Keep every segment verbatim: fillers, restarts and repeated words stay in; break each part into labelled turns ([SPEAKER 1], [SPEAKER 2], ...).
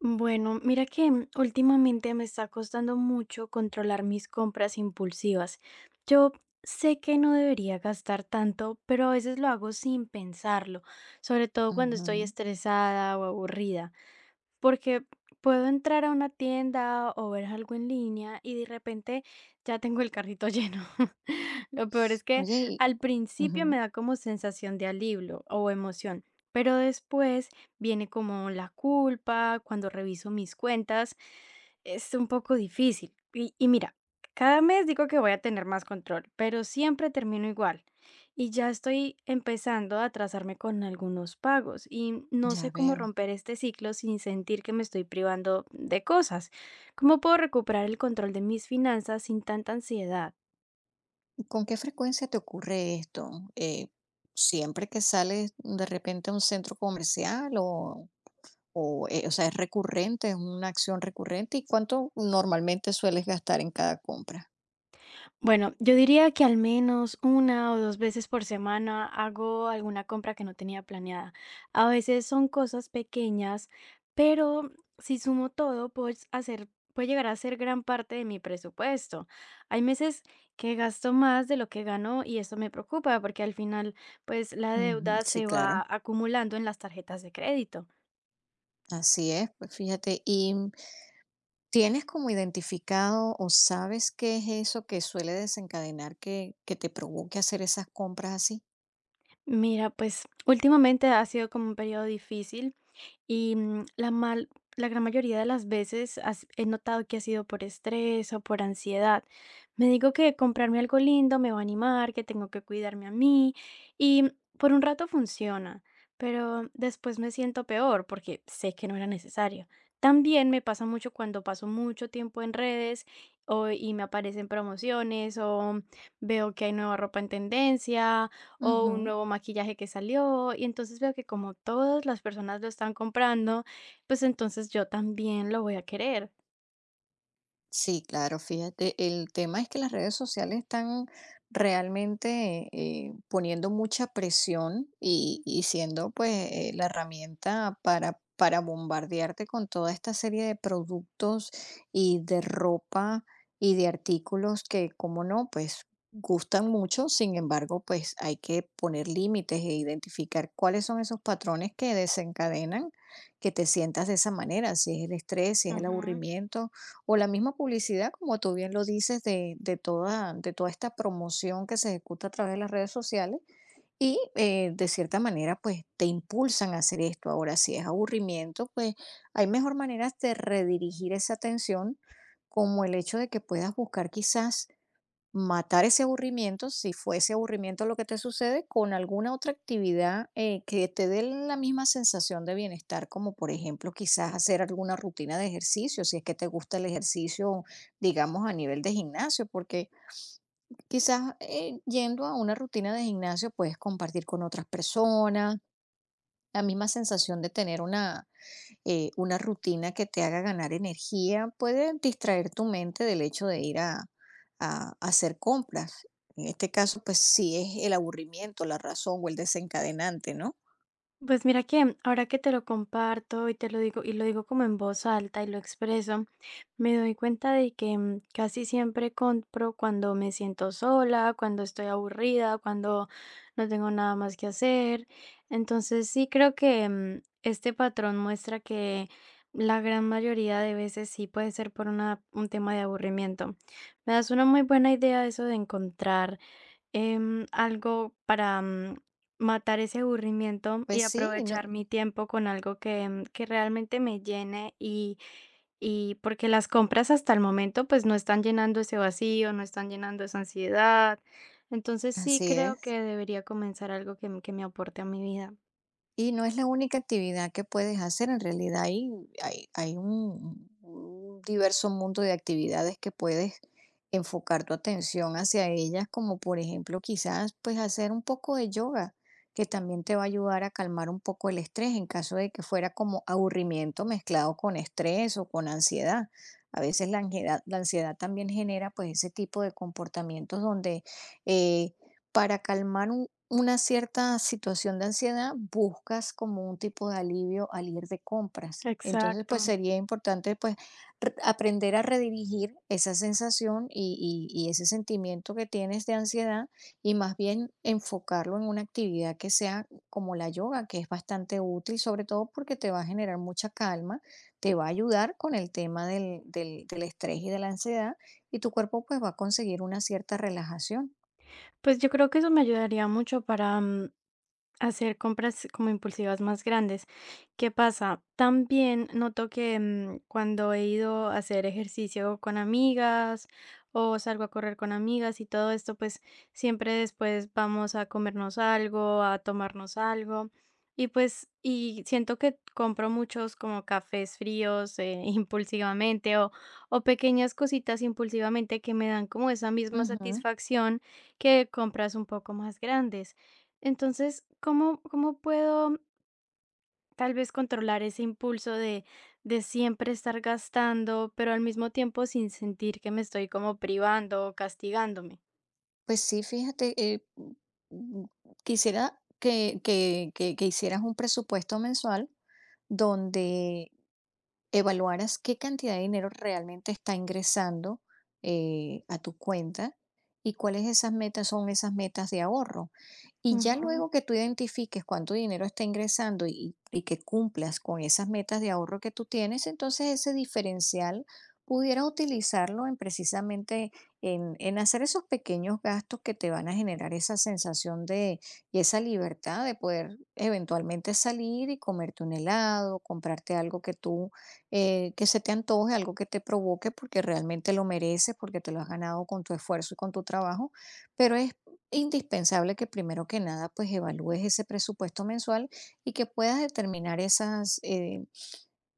[SPEAKER 1] Bueno, mira que últimamente me está costando mucho controlar mis compras impulsivas. Yo sé que no debería gastar tanto, pero a veces lo hago sin pensarlo, sobre todo cuando estoy
[SPEAKER 2] Ujú.
[SPEAKER 1] estresada o aburrida. Porque puedo entrar a una tienda o ver algo en línea y de repente ya tengo el carrito lleno. Lo peor es que
[SPEAKER 2] Oye, y
[SPEAKER 1] al principio me
[SPEAKER 2] ujú,
[SPEAKER 1] da como sensación de alivio o emoción, pero después viene como la culpa cuando reviso mis cuentas es un poco difícil. Y, y mira, cada mes digo que voy a tener más control, pero siempre termino igual. Y ya estoy empezando a atrasarme con algunos pagos y no
[SPEAKER 2] ya
[SPEAKER 1] sé cómo
[SPEAKER 2] veo.
[SPEAKER 1] romper este ciclo sin sentir que me estoy privando de cosas. ¿Cómo puedo recuperar el control de mis finanzas sin tanta ansiedad?
[SPEAKER 2] ¿Y con qué frecuencia te ocurre esto? Eh, ¿Siempre que sales de repente a un centro comercial o, o, eh, o sea, es recurrente, es una acción recurrente? ¿Y cuánto normalmente sueles gastar en cada compra?
[SPEAKER 1] Bueno, yo diría que al menos una o dos veces por semana hago alguna compra que no tenía planeada. A veces son cosas pequeñas, pero si sumo todo, pues hacer puede llegar a ser gran parte de mi presupuesto. Hay meses que gasto más de lo que gano y eso me preocupa porque al final, pues la
[SPEAKER 2] Ujú,
[SPEAKER 1] deuda
[SPEAKER 2] sí,
[SPEAKER 1] se
[SPEAKER 2] claro,
[SPEAKER 1] va acumulando en las tarjetas de crédito.
[SPEAKER 2] así es. Pues fíjate, ¿y mm, tienes como identificado o sabes qué es eso que suele desencadenar que, que te provoque hacer esas compras
[SPEAKER 1] Mira, pues últimamente ha sido como un periodo difícil. Y, mm, la mal la gran mayoría de las veces has he notado que ha sido por estrés o por ansiedad. Me digo que comprarme algo lindo me va a animar, que tengo que cuidarme a mí, y por un rato funciona, pero después me siento peor porque sé que no era necesario. También me pasa mucho cuando paso mucho tiempo en redes o y me aparecen promociones o veo que hay nueva ropa en tendencia o un
[SPEAKER 2] así?
[SPEAKER 1] nuevo maquillaje que salió y entonces veo que como todas las personas lo están comprando, pues entonces yo también lo voy a querer.
[SPEAKER 2] Sí, claro, fíjate, el tema es que las redes sociales están realmente eh, poniendo mucha presión y, y siendo pues eh, la herramienta para, para bombardearte con toda esta serie de productos y de ropa y de artículos que, como no, pues gustan mucho, sin embargo, pues hay que poner límites e identificar cuáles son esos patrones que desencadenan que te sientas de esa manera, si es el estrés, si es el aburrimiento o la misma publicidad, como tú bien lo dices, de, de toda, de toda esta promoción que se ejecuta a través de las redes sociales y eh, de cierta manera pues te impulsan a hacer esto. Ahora, si es aburrimiento, pues hay mejor maneras de redirigir esa atención, como el hecho de que puedas buscar quizás matar ese aburrimiento, si fue ese aburrimiento lo que te sucede, con alguna otra actividad eh, que te dé la misma sensación de bienestar, como por ejemplo quizás hacer alguna rutina de ejercicio, si es que te gusta el ejercicio, digamos, a nivel de gimnasio, porque quizás eh, yendo a una rutina de gimnasio puedes compartir con otras personas, la misma sensación de tener una eh, una rutina que te haga ganar energía, puede distraer tu mente del hecho de ir a, a a hacer compras. En este caso, pues sí es el aburrimiento, la razón o el desencadenante, ¿no?
[SPEAKER 1] Pues mira que ahora que te lo comparto y te lo digo y lo digo como en voz alta y lo expreso, me doy cuenta de que mm, casi siempre compro cuando me siento sola, cuando estoy aburrida, cuando no tengo nada más que hacer. Entonces sí creo que mm, este patrón muestra que la gran mayoría de veces sí puede ser por una, un tema de aburrimiento. Me das una muy buena idea eso de encontrar em, algo para mm, matar ese aburrimiento
[SPEAKER 2] Pues
[SPEAKER 1] y
[SPEAKER 2] sí, no,
[SPEAKER 1] aprovechar mi tiempo con algo que, mm, que realmente me llene y, y porque las compras hasta el momento pues no están llenando ese vacío, no están llenando esa ansiedad. Entonces sí
[SPEAKER 2] así
[SPEAKER 1] creo
[SPEAKER 2] es.
[SPEAKER 1] que debería comenzar algo que, m- que me aporte a mi vida.
[SPEAKER 2] Y no es la única actividad que puedes hacer, en realidad hay, hay, hay un, un diverso mundo de actividades que puedes enfocar tu atención hacia ellas, como por ejemplo quizás pues hacer un poco de yoga, que también te va a ayudar a calmar un poco el estrés en caso de que fuera como aburrimiento mezclado con estrés o con ansiedad. A veces la ansiedad, la ansiedad también genera pues ese tipo de comportamientos donde eh, para calmar una cierta situación de ansiedad, buscas como un tipo de alivio al ir de compras. Entonces,
[SPEAKER 1] Exacto.
[SPEAKER 2] pues sería importante pues r- aprender a redirigir esa sensación y, y- y ese sentimiento que tienes de ansiedad y más bien enfocarlo en una actividad que sea como la yoga, que es bastante útil, sobre todo porque te va a generar mucha calma, te va a ayudar con el tema del, del- del estrés y de la ansiedad y tu cuerpo pues va a conseguir una cierta relajación.
[SPEAKER 1] Pues yo creo que eso me ayudaría mucho para mm, hacer compras como impulsivas más grandes. ¿Qué pasa? También noto que mm, cuando he ido a hacer ejercicio con amigas o salgo a correr con amigas y todo esto, pues siempre después vamos a comernos algo, a tomarnos algo. Y pues, y siento que compro muchos como cafés fríos eh, impulsivamente o, o pequeñas cositas impulsivamente que me dan como esa misma
[SPEAKER 2] Ujú.
[SPEAKER 1] satisfacción que compras un poco más grandes. Entonces, ¿cómo, cómo puedo tal vez controlar ese impulso de, de siempre estar gastando, pero al mismo tiempo sin sentir que me estoy como privando o castigándome?
[SPEAKER 2] Pues sí, fíjate, eh, mm, mm, quisiera que que que que hicieras un presupuesto mensual donde evaluaras qué cantidad de dinero realmente está ingresando eh, a tu cuenta y cuáles esas metas son esas metas de ahorro. Y ya
[SPEAKER 1] Ujú.
[SPEAKER 2] luego que tú identifiques cuánto dinero está ingresando y, y que cumplas con esas metas de ahorro que tú tienes, entonces ese diferencial pudieras utilizarlo en precisamente en, en hacer esos pequeños gastos que te van a generar esa sensación de y esa libertad de poder eventualmente salir y comerte un helado, comprarte algo que tú eh, que se te antoje, algo que te provoque, porque realmente lo mereces, porque te lo has ganado con tu esfuerzo y con tu trabajo, pero es indispensable que primero que nada pues evalúes ese presupuesto mensual y que puedas determinar esas, eh,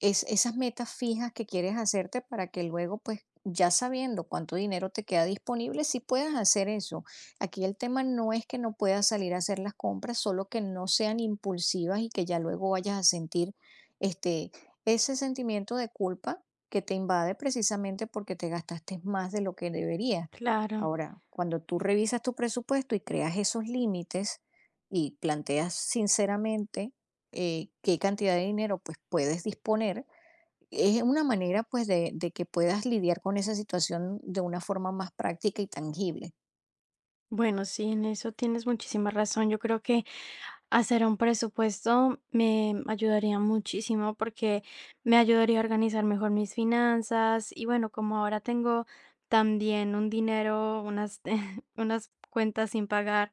[SPEAKER 2] es esas metas fijas que quieres hacerte para que luego, pues, ya sabiendo cuánto dinero te queda disponible, sí puedas hacer eso. Aquí el tema no es que no puedas salir a hacer las compras, solo que no sean impulsivas y que ya luego vayas a sentir este ese sentimiento de culpa que te invade precisamente porque te gastaste más de lo que deberías.
[SPEAKER 1] Claro.
[SPEAKER 2] Ahora, cuando tú revisas tu presupuesto y creas esos límites y planteas sinceramente eh, qué cantidad de dinero pues puedes disponer, es una manera pues de, de que puedas lidiar con esa situación de una forma más práctica y tangible.
[SPEAKER 1] Bueno, sí, en eso tienes muchísima razón. Yo creo que hacer un presupuesto me ayudaría muchísimo porque me ayudaría a organizar mejor mis finanzas y bueno, como ahora tengo también un dinero, unas, unas cuentas sin pagar,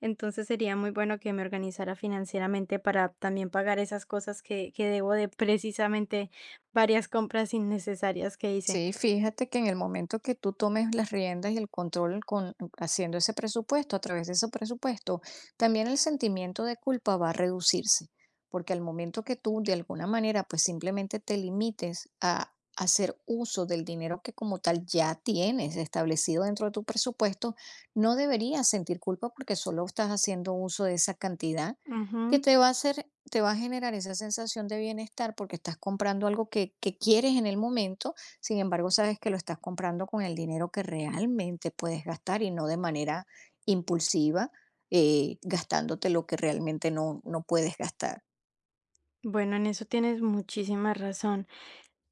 [SPEAKER 1] entonces sería muy bueno que me organizara financieramente para también pagar esas cosas que, que debo de precisamente varias compras innecesarias que hice.
[SPEAKER 2] Sí, fíjate que en el momento que tú tomes las riendas y el control con haciendo ese presupuesto, a través de ese presupuesto, también el sentimiento de culpa va a reducirse, porque al momento que tú de alguna manera pues simplemente te limites a hacer uso del dinero que como tal ya tienes establecido dentro de tu presupuesto, no deberías sentir culpa porque solo estás haciendo uso de esa cantidad que
[SPEAKER 1] Ujú.
[SPEAKER 2] te va a hacer, te va a generar esa sensación de bienestar porque estás comprando algo que, que quieres en el momento. Sin embargo, sabes que lo estás comprando con el dinero que realmente puedes gastar y no de manera impulsiva, eh, gastándote lo que realmente no, no puedes gastar.
[SPEAKER 1] Bueno, en eso tienes muchísima razón.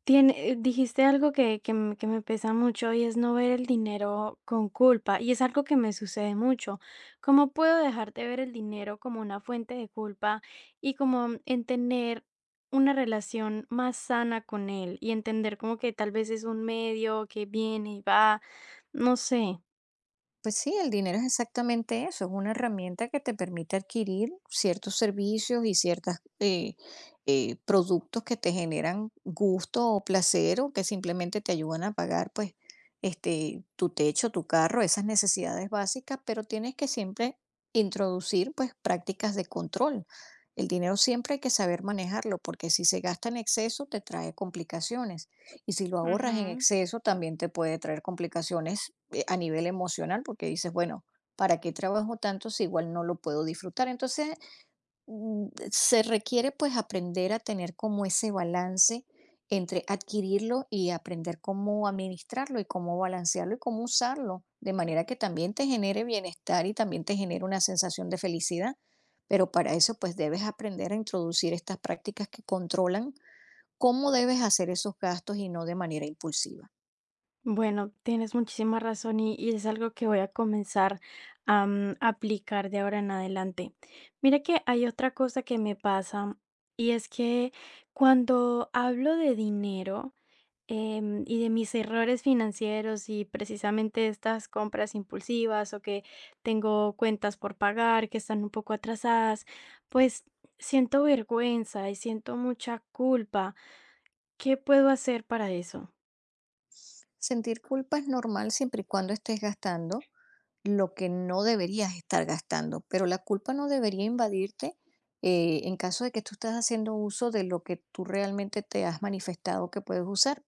[SPEAKER 1] Tiene eh, dijiste algo que que m que me pesa mucho, y es no ver el dinero con culpa, y es algo que me sucede mucho. ¿Cómo puedo dejar de ver el dinero como una fuente de culpa, y como mm, en tener una relación más sana con él? Y entender como que tal vez es un medio que viene y va, no sé.
[SPEAKER 2] Pues sí, el dinero es exactamente eso, es una herramienta que te permite adquirir ciertos servicios y ciertos productos que te generan gusto o placer o que simplemente te ayudan a pagar pues este tu techo, tu carro, esas necesidades básicas, pero tienes que siempre introducir pues prácticas de control. El dinero siempre hay que saber manejarlo porque si se gasta en exceso te trae complicaciones y si lo ahorras en
[SPEAKER 1] Ujú.
[SPEAKER 2] exceso también te puede traer complicaciones eh, a nivel emocional, porque dices, bueno, ¿para qué trabajo tanto si igual no lo puedo disfrutar? Entonces, mm, se requiere pues aprender a tener como ese balance entre adquirirlo y aprender cómo administrarlo y cómo balancearlo y cómo usarlo, de manera que también te genere bienestar y también te genere una sensación de felicidad. Pero para eso pues debes aprender a introducir estas prácticas que controlan cómo debes hacer esos gastos y no de manera impulsiva.
[SPEAKER 1] Bueno, tienes muchísima razón y, y es algo que voy a comenzar a mm, aplicar de ahora en adelante. Mira que hay otra cosa que me pasa y es que cuando hablo de dinero em, y de mis errores financieros y precisamente estas compras impulsivas o que tengo cuentas por pagar que están un poco atrasadas, pues siento vergüenza y siento mucha culpa. ¿Qué puedo hacer para eso?
[SPEAKER 2] Sentir culpa es normal siempre y cuando estés gastando lo que no deberías estar gastando, pero la culpa no debería invadirte eh, en caso de que tú estás haciendo uso de lo que tú realmente te has manifestado que puedes usar.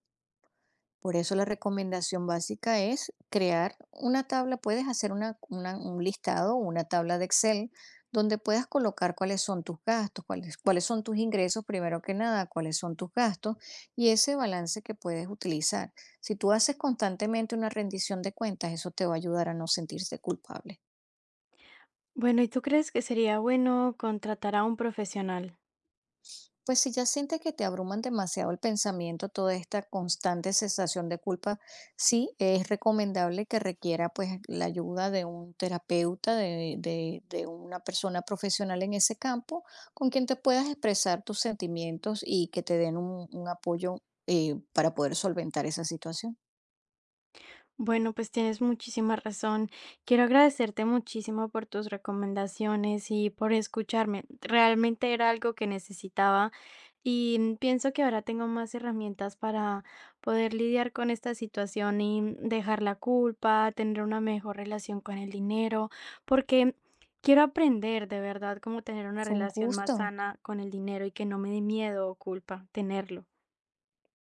[SPEAKER 2] Por eso la recomendación básica es crear una tabla, puedes hacer una, una- un listado, una tabla de Excel, donde puedas colocar cuáles son tus gastos, cuáles, cuáles son tus ingresos, primero que nada, cuáles son tus gastos y ese balance que puedes utilizar. Si tú haces constantemente una rendición de cuentas, eso te va a ayudar a no sentirse culpable.
[SPEAKER 1] Bueno, ¿y tú crees que sería bueno contratar a un profesional?
[SPEAKER 2] Pues si ya sientes que te abruman demasiado el pensamiento, toda esta constante sensación de culpa, sí es recomendable que requiera pues la ayuda de un terapeuta, de, de- de una persona profesional en ese campo, con quien te puedas expresar tus sentimientos y que te den un, un apoyo eh, para poder solventar esa situación.
[SPEAKER 1] Bueno, pues tienes muchísima razón. Quiero agradecerte muchísimo por tus recomendaciones y por escucharme. Realmente era algo que necesitaba y mm, pienso que ahora tengo más herramientas para poder lidiar con esta situación y mm, dejar la culpa, tener una mejor relación con el dinero, porque quiero aprender de verdad cómo tener una
[SPEAKER 2] Fue un
[SPEAKER 1] relación más
[SPEAKER 2] gusto.
[SPEAKER 1] sana con el dinero y que no me dé miedo o culpa tenerlo.